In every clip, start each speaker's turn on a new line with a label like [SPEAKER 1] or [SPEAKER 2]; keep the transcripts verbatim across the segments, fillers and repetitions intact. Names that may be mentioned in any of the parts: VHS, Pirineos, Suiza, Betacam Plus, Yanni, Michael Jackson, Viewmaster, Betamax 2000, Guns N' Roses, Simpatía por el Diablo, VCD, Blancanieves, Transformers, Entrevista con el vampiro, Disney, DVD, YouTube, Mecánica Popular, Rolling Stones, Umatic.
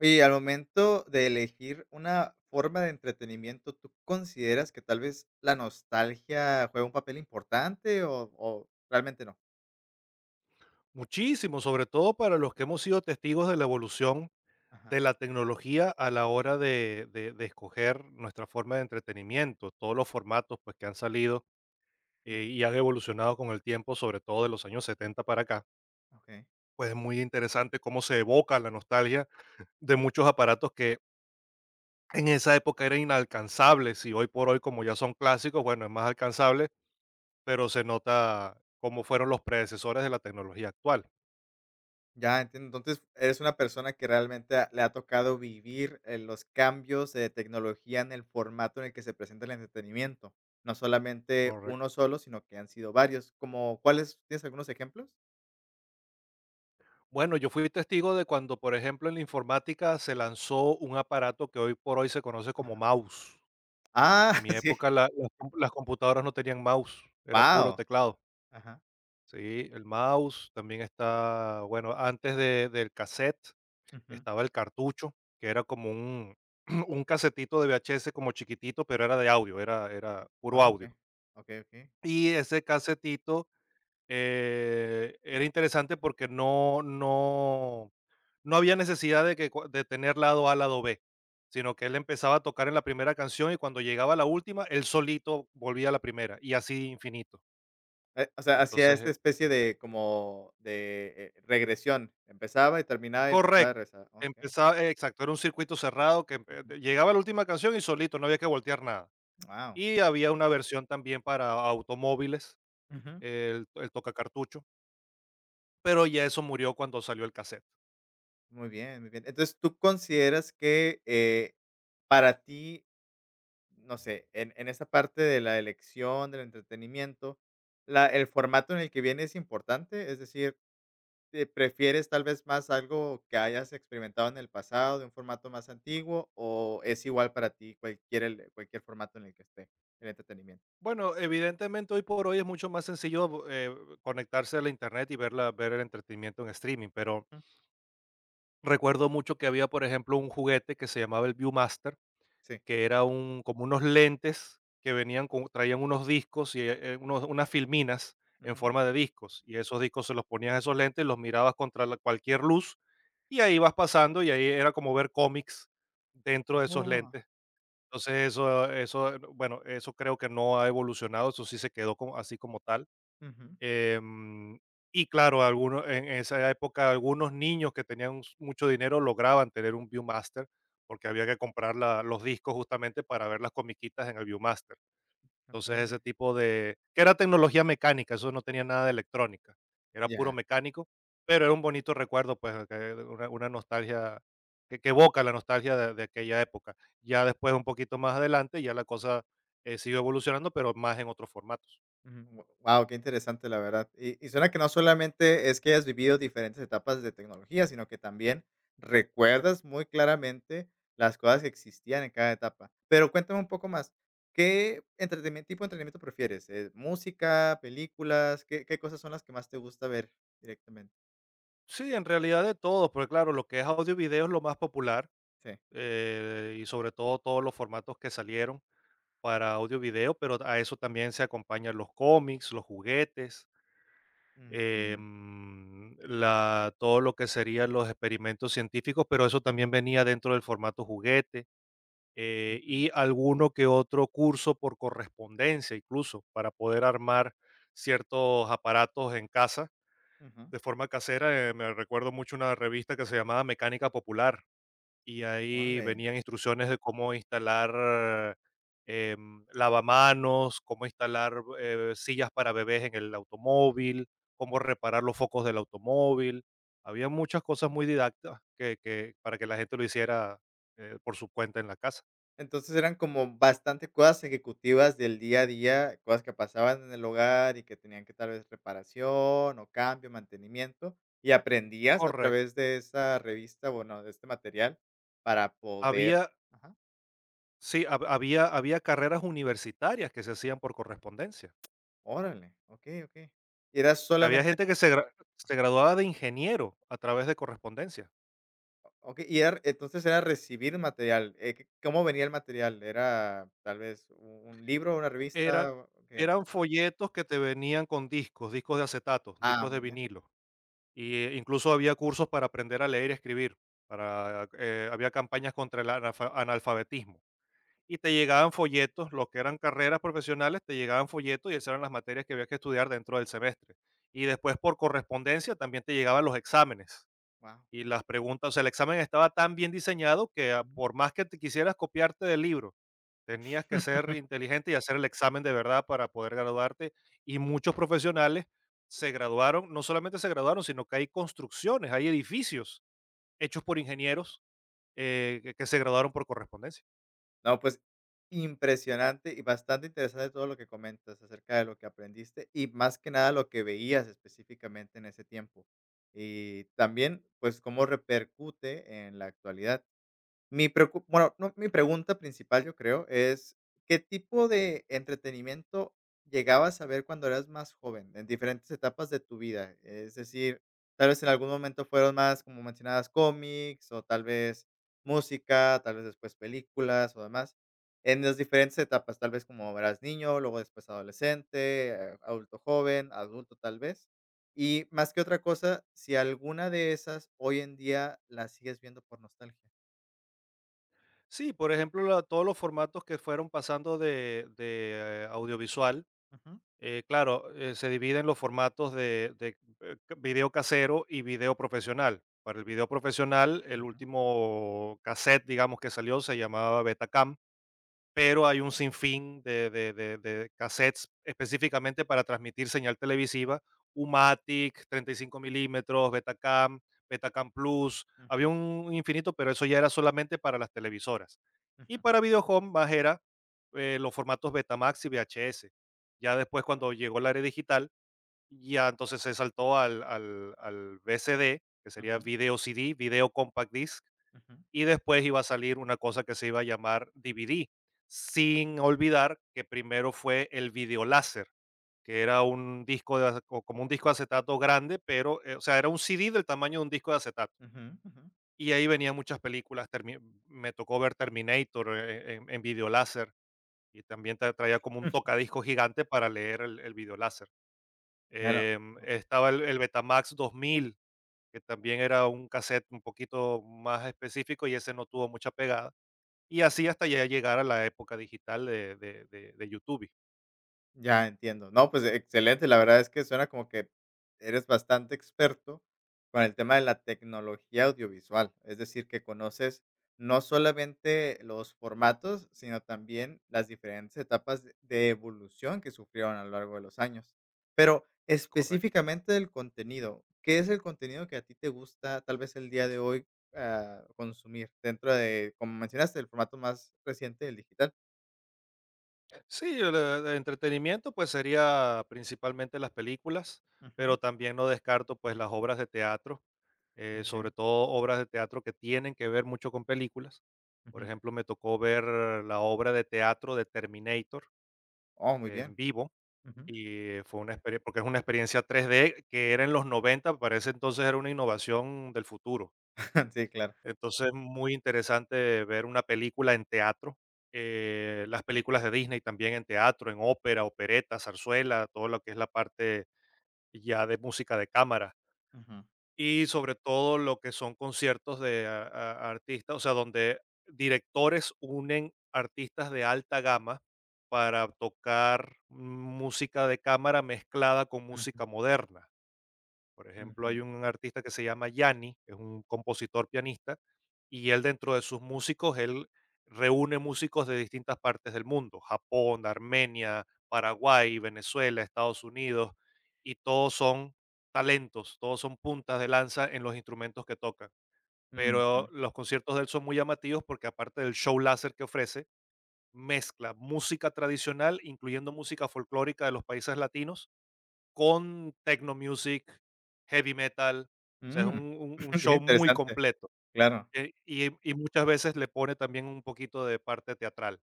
[SPEAKER 1] Y al momento de elegir una forma de entretenimiento, ¿tú consideras que tal vez la nostalgia juega un papel importante o o realmente no?
[SPEAKER 2] Muchísimo, sobre todo para los que hemos sido testigos de la evolución
[SPEAKER 1] Ajá.
[SPEAKER 2] de la tecnología a la hora de, de- de escoger nuestra forma de entretenimiento, todos los formatos pues, que han salido, eh, y han evolucionado con el tiempo, sobre todo de los años setenta para acá.
[SPEAKER 1] Okey.
[SPEAKER 2] Pues es muy interesante cómo se evoca la nostalgia de muchos aparatos que en esa época eran inalcanzables y hoy por hoy, como ya son clásicos, bueno, es más alcanzable, pero se nota cómo fueron los predecesores de la tecnología actual.
[SPEAKER 1] Ya entiendo. Entonces, eres una persona que realmente ha le ha tocado vivir, eh, los cambios de tecnología en el formato en el que se presenta el entretenimiento. No solamente uno
[SPEAKER 2] Correcto.
[SPEAKER 1] solo, sino que han sido varios. ¿Como cuáles? ¿Tienes algunos ejemplos?
[SPEAKER 2] Bueno, yo fui testigo de cuando, por ejemplo, en la informática se lanzó un aparato que hoy por hoy se conoce como mouse.
[SPEAKER 1] Ah,
[SPEAKER 2] En mi
[SPEAKER 1] sí.
[SPEAKER 2] época la- las com- las computadoras no tenían mouse, era puro
[SPEAKER 1] Wow.
[SPEAKER 2] teclado.
[SPEAKER 1] Ajá.
[SPEAKER 2] Sí, el mouse también está, bueno, antes de- del cassette
[SPEAKER 1] Ujú.
[SPEAKER 2] estaba el cartucho, que era como un, un casetito de V H S como chiquitito, pero era de audio, era, era puro
[SPEAKER 1] Ah,
[SPEAKER 2] audio.
[SPEAKER 1] okey. Okey, okey.
[SPEAKER 2] Y ese casetito, Eh, era interesante porque no no no había necesidad de que cua de tener lado A, lado B, sino que él empezaba a tocar en la primera canción y cuando llegaba a la última, él solito volvía a la primera y así infinito.
[SPEAKER 1] Eh, o sea, hacía
[SPEAKER 2] Entonces,
[SPEAKER 1] esta
[SPEAKER 2] eh
[SPEAKER 1] especie de como de, eh, regresión. Empezaba y terminaba y empezaba y
[SPEAKER 2] correcto,
[SPEAKER 1] regresaba. Okey.
[SPEAKER 2] empezaba eh, exacto, era un circuito cerrado que empe
[SPEAKER 1] Ujú.
[SPEAKER 2] de- llegaba a la última canción y solito, no había que voltear nada.
[SPEAKER 1] Guau.
[SPEAKER 2] Y había una versión también para automóviles,
[SPEAKER 1] Ujú.
[SPEAKER 2] el el tocacartucho, pero ya eso murió cuando salió el cassette.
[SPEAKER 1] Muy bien, muy bien. Entonces, ¿tú consideras que, eh, para ti, no sé, en en esa parte de la elección, del entretenimiento, la el formato en el que viene es importante? Es decir, eh, ¿prefieres tal vez más algo que hayas experimentado en el pasado, de un formato más antiguo, o es igual para ti cualquier el cualquier formato en el que esté el entretenimiento?
[SPEAKER 2] Bueno, evidentemente hoy por hoy es mucho más sencillo, eh, conectarse a la internet y ver la ver el entretenimiento en streaming, pero recuerdo mucho que había, por ejemplo, un juguete que se llamaba el Viewmaster,
[SPEAKER 1] Sí.
[SPEAKER 2] que era un, como unos lentes que venían con, traían unos discos y, eh, unos unas filminas en
[SPEAKER 1] Ujú.
[SPEAKER 2] forma de discos, y esos discos se los ponías a esos lentes, los mirabas contra la cualquier luz, y ahí vas pasando, y ahí era como ver cómics dentro de esos
[SPEAKER 1] Oh,
[SPEAKER 2] lentes. Entonces, eso eso, bueno, eso creo que no ha evolucionado, eso sí se quedó como así, como tal.
[SPEAKER 1] ujú,
[SPEAKER 2] Em, y claro, algunos, en esa época algunos niños que tenían s- mucho dinero lograban tener un Viewmaster, porque había que comprar la- los discos justamente para ver las comiquitas en el Viewmaster. Entonces, ese
[SPEAKER 1] okey,
[SPEAKER 2] tipo de, que era tecnología mecánica, eso no tenía nada de electrónica, era puro
[SPEAKER 1] ya.
[SPEAKER 2] mecánico, pero era un bonito recuerdo, pues que una, una, nostalgia que, que evoca la nostalgia de, de aquella época. Ya después, un poquito más adelante, ya la cosa eh, siguió evolucionando, pero más en otros formatos.
[SPEAKER 1] Wow, qué interesante, la verdad. Y y suena que no solamente es que hayas vivido diferentes etapas de tecnología, sino que también recuerdas muy claramente las cosas que existían en cada etapa. Pero cuéntame un poco más, ¿qué entretenimiento tipo de entretenimiento prefieres? Eh, ¿música, películas? ¿Qué qué cosas son las que más te gusta ver directamente?
[SPEAKER 2] Sí, en realidad de todos, porque claro, lo que es audio y video es lo más popular,
[SPEAKER 1] Sí.
[SPEAKER 2] eh, y sobre todo todos los formatos que salieron para audio y video, pero a eso también se acompañan los cómics, los juguetes, eh,
[SPEAKER 1] Ujú,
[SPEAKER 2] mm, la, todo lo que serían los experimentos científicos, pero eso también venía dentro del formato juguete, eh,
[SPEAKER 1] ujú,
[SPEAKER 2] y alguno que otro curso por correspondencia, incluso para poder armar ciertos aparatos en casa
[SPEAKER 1] ujú.
[SPEAKER 2] de forma casera. Eh, me recuerdo mucho una revista que se llamaba Mecánica Popular, y ahí
[SPEAKER 1] Órale.
[SPEAKER 2] venían instrucciones de cómo instalar eh, em, lavamanos, cómo instalar eh, sillas para bebés en el automóvil, cómo reparar los focos del automóvil. Había muchas cosas muy didácticas que, que- para que la gente lo hiciera eh, por su cuenta en la casa.
[SPEAKER 1] Entonces, eran como bastante cosas ejecutivas del día a día, cosas que pasaban en el hogar y que tenían que tal vez reparación o cambio, mantenimiento, y aprendías a
[SPEAKER 2] Correcto.
[SPEAKER 1] través de esa revista, bueno, de este material para poder
[SPEAKER 2] Había,
[SPEAKER 1] ajá,
[SPEAKER 2] sí, hab- había, había carreras universitarias que se hacían por correspondencia.
[SPEAKER 1] órale, okey, okey. Y era
[SPEAKER 2] Había
[SPEAKER 1] solamente
[SPEAKER 2] gente que se gra se graduaba de ingeniero a través de correspondencia.
[SPEAKER 1] okey, y era entonces era recibir material, eh, ¿qué cómo venía el material? ¿Era tal vez u un libro, una
[SPEAKER 2] Era
[SPEAKER 1] revista? ¿O ¿Qué era?
[SPEAKER 2] eran folletos que te venían con discos, discos de acetato,
[SPEAKER 1] Ah,
[SPEAKER 2] discos de
[SPEAKER 1] muy bien.
[SPEAKER 2] vinilo, y, eh, incluso había cursos para aprender a leer y escribir. Para, eh, había campañas contra el analfa analfabetismo, y te llegaban folletos. Lo que eran carreras profesionales, te llegaban folletos y esas eran las materias que había que estudiar dentro del semestre. Y después por correspondencia también te llegaban los exámenes.
[SPEAKER 1] Wow.
[SPEAKER 2] Y las preguntas, o sea, el examen estaba tan bien diseñado que, ah, por más que te quisieras copiarte del libro, tenías que ser inteligente y hacer el examen de verdad para poder graduarte. Y muchos profesionales se graduaron, no solamente se graduaron, sino que hay construcciones, hay edificios hechos por ingenieros eh, que, que se graduaron por correspondencia.
[SPEAKER 1] No, pues impresionante y bastante interesante todo lo que comentas acerca de lo que aprendiste y más que nada lo que veías específicamente en ese tiempo. Y también, pues, cómo repercute en la actualidad. Mi preocu bueno, no, mi pregunta principal, yo creo, es, ¿qué tipo de entretenimiento llegabas a ver cuando eras más joven, en diferentes etapas de tu vida? Es decir, tal vez en algún momento fueron más, como mencionabas, cómics, o tal vez música, tal vez después películas o demás. En las diferentes etapas, tal vez como eras niño, luego después adolescente, eh, adulto joven, adulto tal vez. Y más que otra cosa, si alguna de esas hoy en día las sigues viendo por nostalgia.
[SPEAKER 2] Sí, por ejemplo, la- todos los formatos que fueron pasando de, de, eh, audiovisual.
[SPEAKER 1] Ujú.
[SPEAKER 2] Eh, claro, eh, se divide en los formatos de, de, eh, ca- video casero y video profesional. Para el video profesional, el
[SPEAKER 1] Ujú,
[SPEAKER 2] último cassette, digamos, que salió se llamaba Betacam, pero hay un sinfín de, de- de- de cassettes específicamente para transmitir señal televisiva: Umatic, treinta y cinco milímetros, Betacam, Betacam Plus.
[SPEAKER 1] ujú,
[SPEAKER 2] Había un infinito, pero eso ya era solamente para las televisoras. Y
[SPEAKER 1] ujú,
[SPEAKER 2] para Videohome, más era eh, los formatos Betamax y V H S. Ya después, cuando llegó el área digital, ya entonces se saltó al, al, al V C D, que sería
[SPEAKER 1] ujú,
[SPEAKER 2] Video C D, Video Compact Disc,
[SPEAKER 1] ujú,
[SPEAKER 2] y después iba a salir una cosa que se iba a llamar D V D, sin olvidar que primero fue el video láser, que era un disco de ace- o como un disco de acetato grande, pero, eh, o sea, era un C D del tamaño de un disco de acetato.
[SPEAKER 1] ujú, ujú.
[SPEAKER 2] Y ahí venían muchas películas. termi- Me tocó ver Terminator eh, en, en video láser, y también tra- traía como un tocadisco gigante para leer el, el video láser.
[SPEAKER 1] Claro.
[SPEAKER 2] Em, estaba el, el Betamax dos mil, que también era un cassette un poquito más específico y ese no tuvo mucha pegada, y así hasta ya llegar a la época digital de de de de YouTube,
[SPEAKER 1] Ya entiendo. No, pues excelente. La verdad es que suena como que eres bastante experto con el tema de la tecnología audiovisual. Es decir, que conoces no solamente los formatos, sino también las diferentes etapas de de evolución que sufrieron a lo largo de los años. Pero
[SPEAKER 2] correcto.
[SPEAKER 1] específicamente del contenido, ¿qué es el contenido que a ti te gusta tal vez el día de hoy ah, consumir dentro de, como mencionaste, el formato más reciente del digital?
[SPEAKER 2] Sí, el, eh, de entretenimiento, pues, sería principalmente las películas,
[SPEAKER 1] Ujú.
[SPEAKER 2] pero también no descarto, pues, las obras de teatro, eh,
[SPEAKER 1] Muy
[SPEAKER 2] sobre
[SPEAKER 1] bien.
[SPEAKER 2] todo obras de teatro que tienen que ver mucho con películas. Por
[SPEAKER 1] Ujú.
[SPEAKER 2] ejemplo, me tocó ver la obra de teatro de Terminator
[SPEAKER 1] Oh, muy
[SPEAKER 2] en
[SPEAKER 1] bien.
[SPEAKER 2] vivo,
[SPEAKER 1] Ujú.
[SPEAKER 2] y fue una experiencia, porque es una experiencia tres D que era en los noventa, parece, entonces era una innovación del futuro.
[SPEAKER 1] Sí, claro.
[SPEAKER 2] Entonces, muy interesante ver una película en teatro, eh, las películas de Disney también en teatro, en ópera, opereta, zarzuela, todo lo que es la parte ya de música de cámara.
[SPEAKER 1] Ujú,
[SPEAKER 2] Y sobre todo lo que son conciertos de a- a- artistas, o sea, donde directores unen artistas de alta gama para tocar música de cámara mezclada con
[SPEAKER 1] ujú,
[SPEAKER 2] música moderna. Por ejemplo,
[SPEAKER 1] ujú,
[SPEAKER 2] hay un artista que se llama Yanni, es un compositor pianista, y él, dentro de sus músicos, él reúne músicos de distintas partes del mundo: Japón, Armenia, Paraguay, Venezuela, Estados Unidos, y todos son talentos, todos son puntas de lanza en los instrumentos que tocan. Pero
[SPEAKER 1] ujú.
[SPEAKER 2] los conciertos de él son muy llamativos, porque aparte del show láser que ofrece, mezcla música tradicional, incluyendo música folclórica de los países latinos, con techno music, heavy metal. O sea, es
[SPEAKER 1] Mm.
[SPEAKER 2] un un un
[SPEAKER 1] Bien
[SPEAKER 2] show muy
[SPEAKER 1] interesante.
[SPEAKER 2] completo,
[SPEAKER 1] Claro.
[SPEAKER 2] eh, y y muchas veces le pone también un poquito de parte teatral.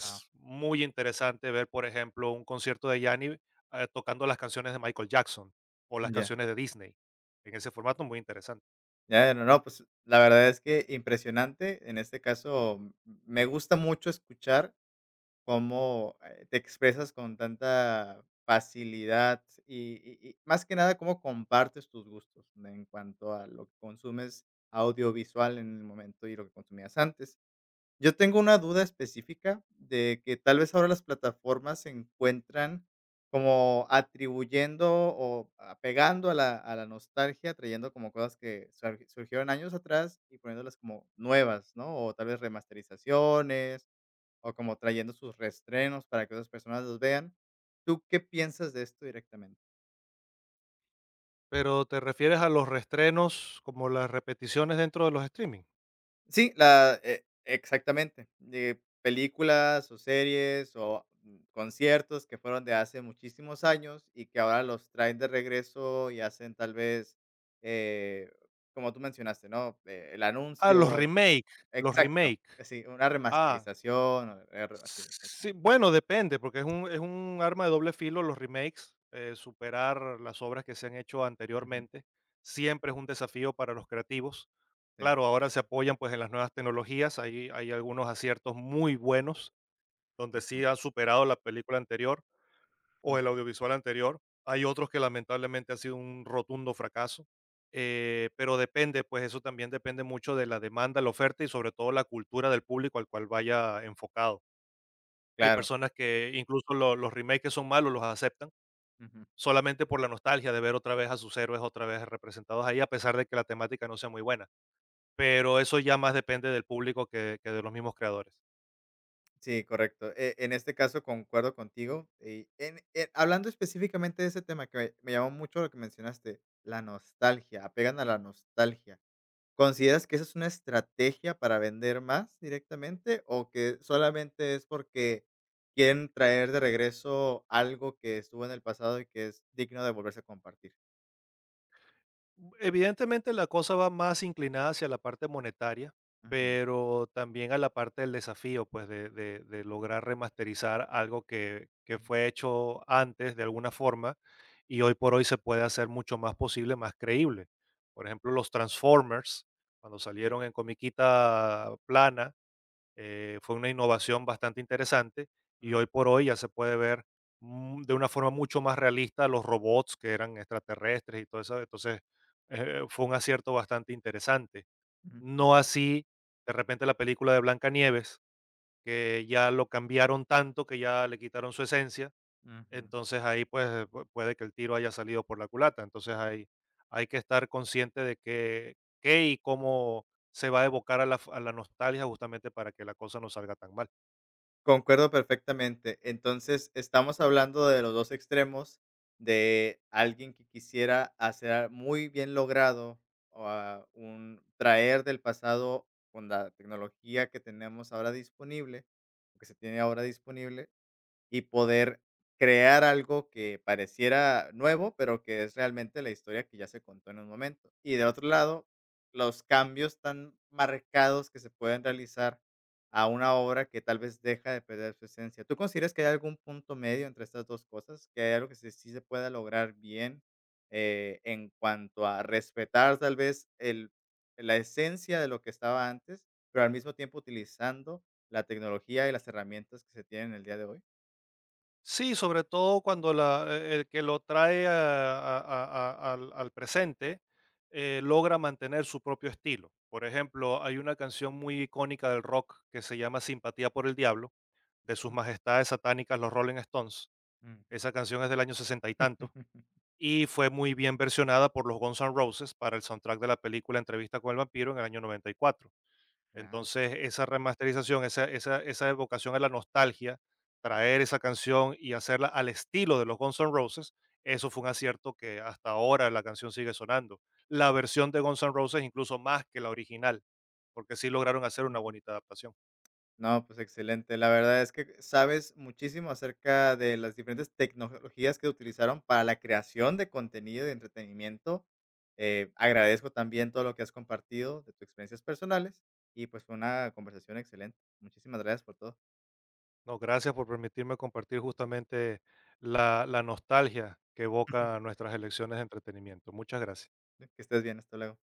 [SPEAKER 1] Guau.
[SPEAKER 2] muy interesante ver, por ejemplo, un concierto de Yanni, eh, tocando las canciones de Michael Jackson o las
[SPEAKER 1] Ya.
[SPEAKER 2] canciones de Disney, en ese formato. Muy interesante.
[SPEAKER 1] Ya, no, no, pues, la verdad es que impresionante. En este caso, m me gusta mucho escuchar cómo, eh, te expresas con tanta facilidad y y y más que nada, cómo compartes tus gustos en cuanto a lo que consumes audiovisual en el momento y lo que consumías antes. Yo tengo una duda específica de que tal vez ahora las plataformas se encuentran como atribuyendo o apegando a la a la nostalgia, trayendo como cosas que sur surgieron años atrás y poniéndolas como nuevas, ¿no? O tal vez remasterizaciones, o como trayendo sus reestrenos para que otras personas los vean. ¿Tú qué piensas de esto directamente?
[SPEAKER 2] ¿Pero te refieres a los restrenos, como las repeticiones dentro de los streaming?
[SPEAKER 1] Sí, la e exactamente, de películas o series o, mm, conciertos que fueron de hace muchísimos años y que ahora los traen de regreso y hacen tal vez, eh, como tú mencionaste, ¿no? Eh, el
[SPEAKER 2] Ah, los
[SPEAKER 1] anuncio
[SPEAKER 2] remake, los
[SPEAKER 1] exacto,
[SPEAKER 2] remake.
[SPEAKER 1] sí, una
[SPEAKER 2] Ah.
[SPEAKER 1] remasterización, o, eh, así,
[SPEAKER 2] Sí,
[SPEAKER 1] exactamente.
[SPEAKER 2] bueno, depende, porque es un es un arma de doble filo los remakes, eh, superar las obras que se han hecho
[SPEAKER 1] Ujú,
[SPEAKER 2] anteriormente siempre es un desafío para los creativos.
[SPEAKER 1] sí.
[SPEAKER 2] Claro, ahora se apoyan, pues, en las nuevas tecnologías, hay hay algunos aciertos muy buenos, donde
[SPEAKER 1] Ujú,
[SPEAKER 2] sí han superado la película anterior o el
[SPEAKER 1] mm.
[SPEAKER 2] audiovisual anterior. Hay otros que lamentablemente ha sido un rotundo fracaso, eh, pero depende, pues, eso también depende mucho de la demanda, la oferta y sobre todo la cultura del público al cual vaya enfocado. Hay
[SPEAKER 1] Claro.
[SPEAKER 2] personas que incluso lo los remakes que son malos los aceptan,
[SPEAKER 1] Ujú.
[SPEAKER 2] solamente por la nostalgia de ver otra vez a sus héroes otra vez representados ahí, a pesar de que la temática no sea muy buena. Pero eso ya más depende del público que que de los mismos creadores.
[SPEAKER 1] Sí, correcto. E en este caso concuerdo contigo, y en eh, hablando específicamente de ese tema que me me llamó mucho lo que mencionaste, la nostalgia, apegan a la nostalgia. ¿Consideras que esa es una estrategia para vender más directamente o que solamente es porque quieren traer de regreso algo que estuvo en el pasado y que es digno de volverse a compartir?
[SPEAKER 2] Evidentemente la cosa va más inclinada hacia la parte monetaria,
[SPEAKER 1] Ujú,
[SPEAKER 2] pero también a la parte del desafío, pues de, de- de lograr remasterizar algo que, que
[SPEAKER 1] ujú.
[SPEAKER 2] fue hecho antes de alguna forma, y hoy por hoy se puede hacer mucho más posible, más creíble. Por ejemplo, los Transformers, cuando
[SPEAKER 1] Sí.
[SPEAKER 2] salieron en comiquita plana, eh, fue una innovación bastante interesante, y
[SPEAKER 1] Ujú,
[SPEAKER 2] hoy por hoy ya se puede ver, mm, de una forma mucho más realista, los robots que eran extraterrestres y todo eso. Entonces, eh, fue un acierto bastante interesante.
[SPEAKER 1] ujú.
[SPEAKER 2] No así, de repente, la película de Blancanieves, que ya lo cambiaron tanto que ya le quitaron su esencia.
[SPEAKER 1] Ujú.
[SPEAKER 2] Entonces ahí, pues pu- puede que el tiro haya salido por la culata. Entonces hay, hay que estar consciente de que, qué y cómo se va a evocar a la, f- a la nostalgia, justamente para que la cosa no salga tan mal.
[SPEAKER 1] Concuerdo perfectamente. Entonces, estamos hablando de los dos extremos, de alguien que quisiera hacer muy bien logrado, ah, un traer del pasado con la tecnología que tenemos ahora disponible, o que se tiene ahora disponible, y poder crear algo que pareciera nuevo, pero que es realmente la historia que ya se contó en un momento. Y de otro lado, los cambios tan marcados que se pueden realizar a una obra que tal vez deja de perder su esencia. ¿Tú consideras que hay algún punto medio entre estas dos cosas? ¿Que hay algo que se- sí se pueda lograr bien eh, en cuanto a respetar tal vez el, la esencia de lo que estaba antes, pero al mismo tiempo utilizando la tecnología y las herramientas que se tienen el día de hoy?
[SPEAKER 2] Sí, sobre todo cuando la, eh, el que lo trae a- a- a- a- al, al presente eh, logra mantener su propio estilo. Por ejemplo, hay una canción muy icónica del rock que se llama Simpatía por el Diablo, de sus majestades satánicas los Rolling Stones.
[SPEAKER 1] Ujú.
[SPEAKER 2] Esa canción es del año sesenta y tantos, y fue muy bien versionada por los Guns N' Roses para el soundtrack de la película Entrevista con el vampiro en el año noventa y cuatro.
[SPEAKER 1] Ya,
[SPEAKER 2] Entonces, esa remasterización, esa, esa, esa evocación a la nostalgia, traer esa canción y hacerla al estilo de los Guns N' Roses, eso fue un acierto que hasta ahora la canción sigue sonando. La versión de Guns N' Roses incluso más que la original, porque sí lograron hacer una
[SPEAKER 1] ujú.
[SPEAKER 2] bonita adaptación.
[SPEAKER 1] No, pues excelente. La verdad es que sabes muchísimo acerca de las diferentes tecnologías que utilizaron para la creación de contenido y de entretenimiento. Eh, agradezco también todo lo que has compartido de tus experiencias personales y pues fue una conversación excelente. Muchísimas gracias por todo.
[SPEAKER 2] No, gracias por permitirme compartir justamente la, la nostalgia que evoca nuestras elecciones de entretenimiento. Muchas gracias.
[SPEAKER 1] Que estés bien, hasta luego.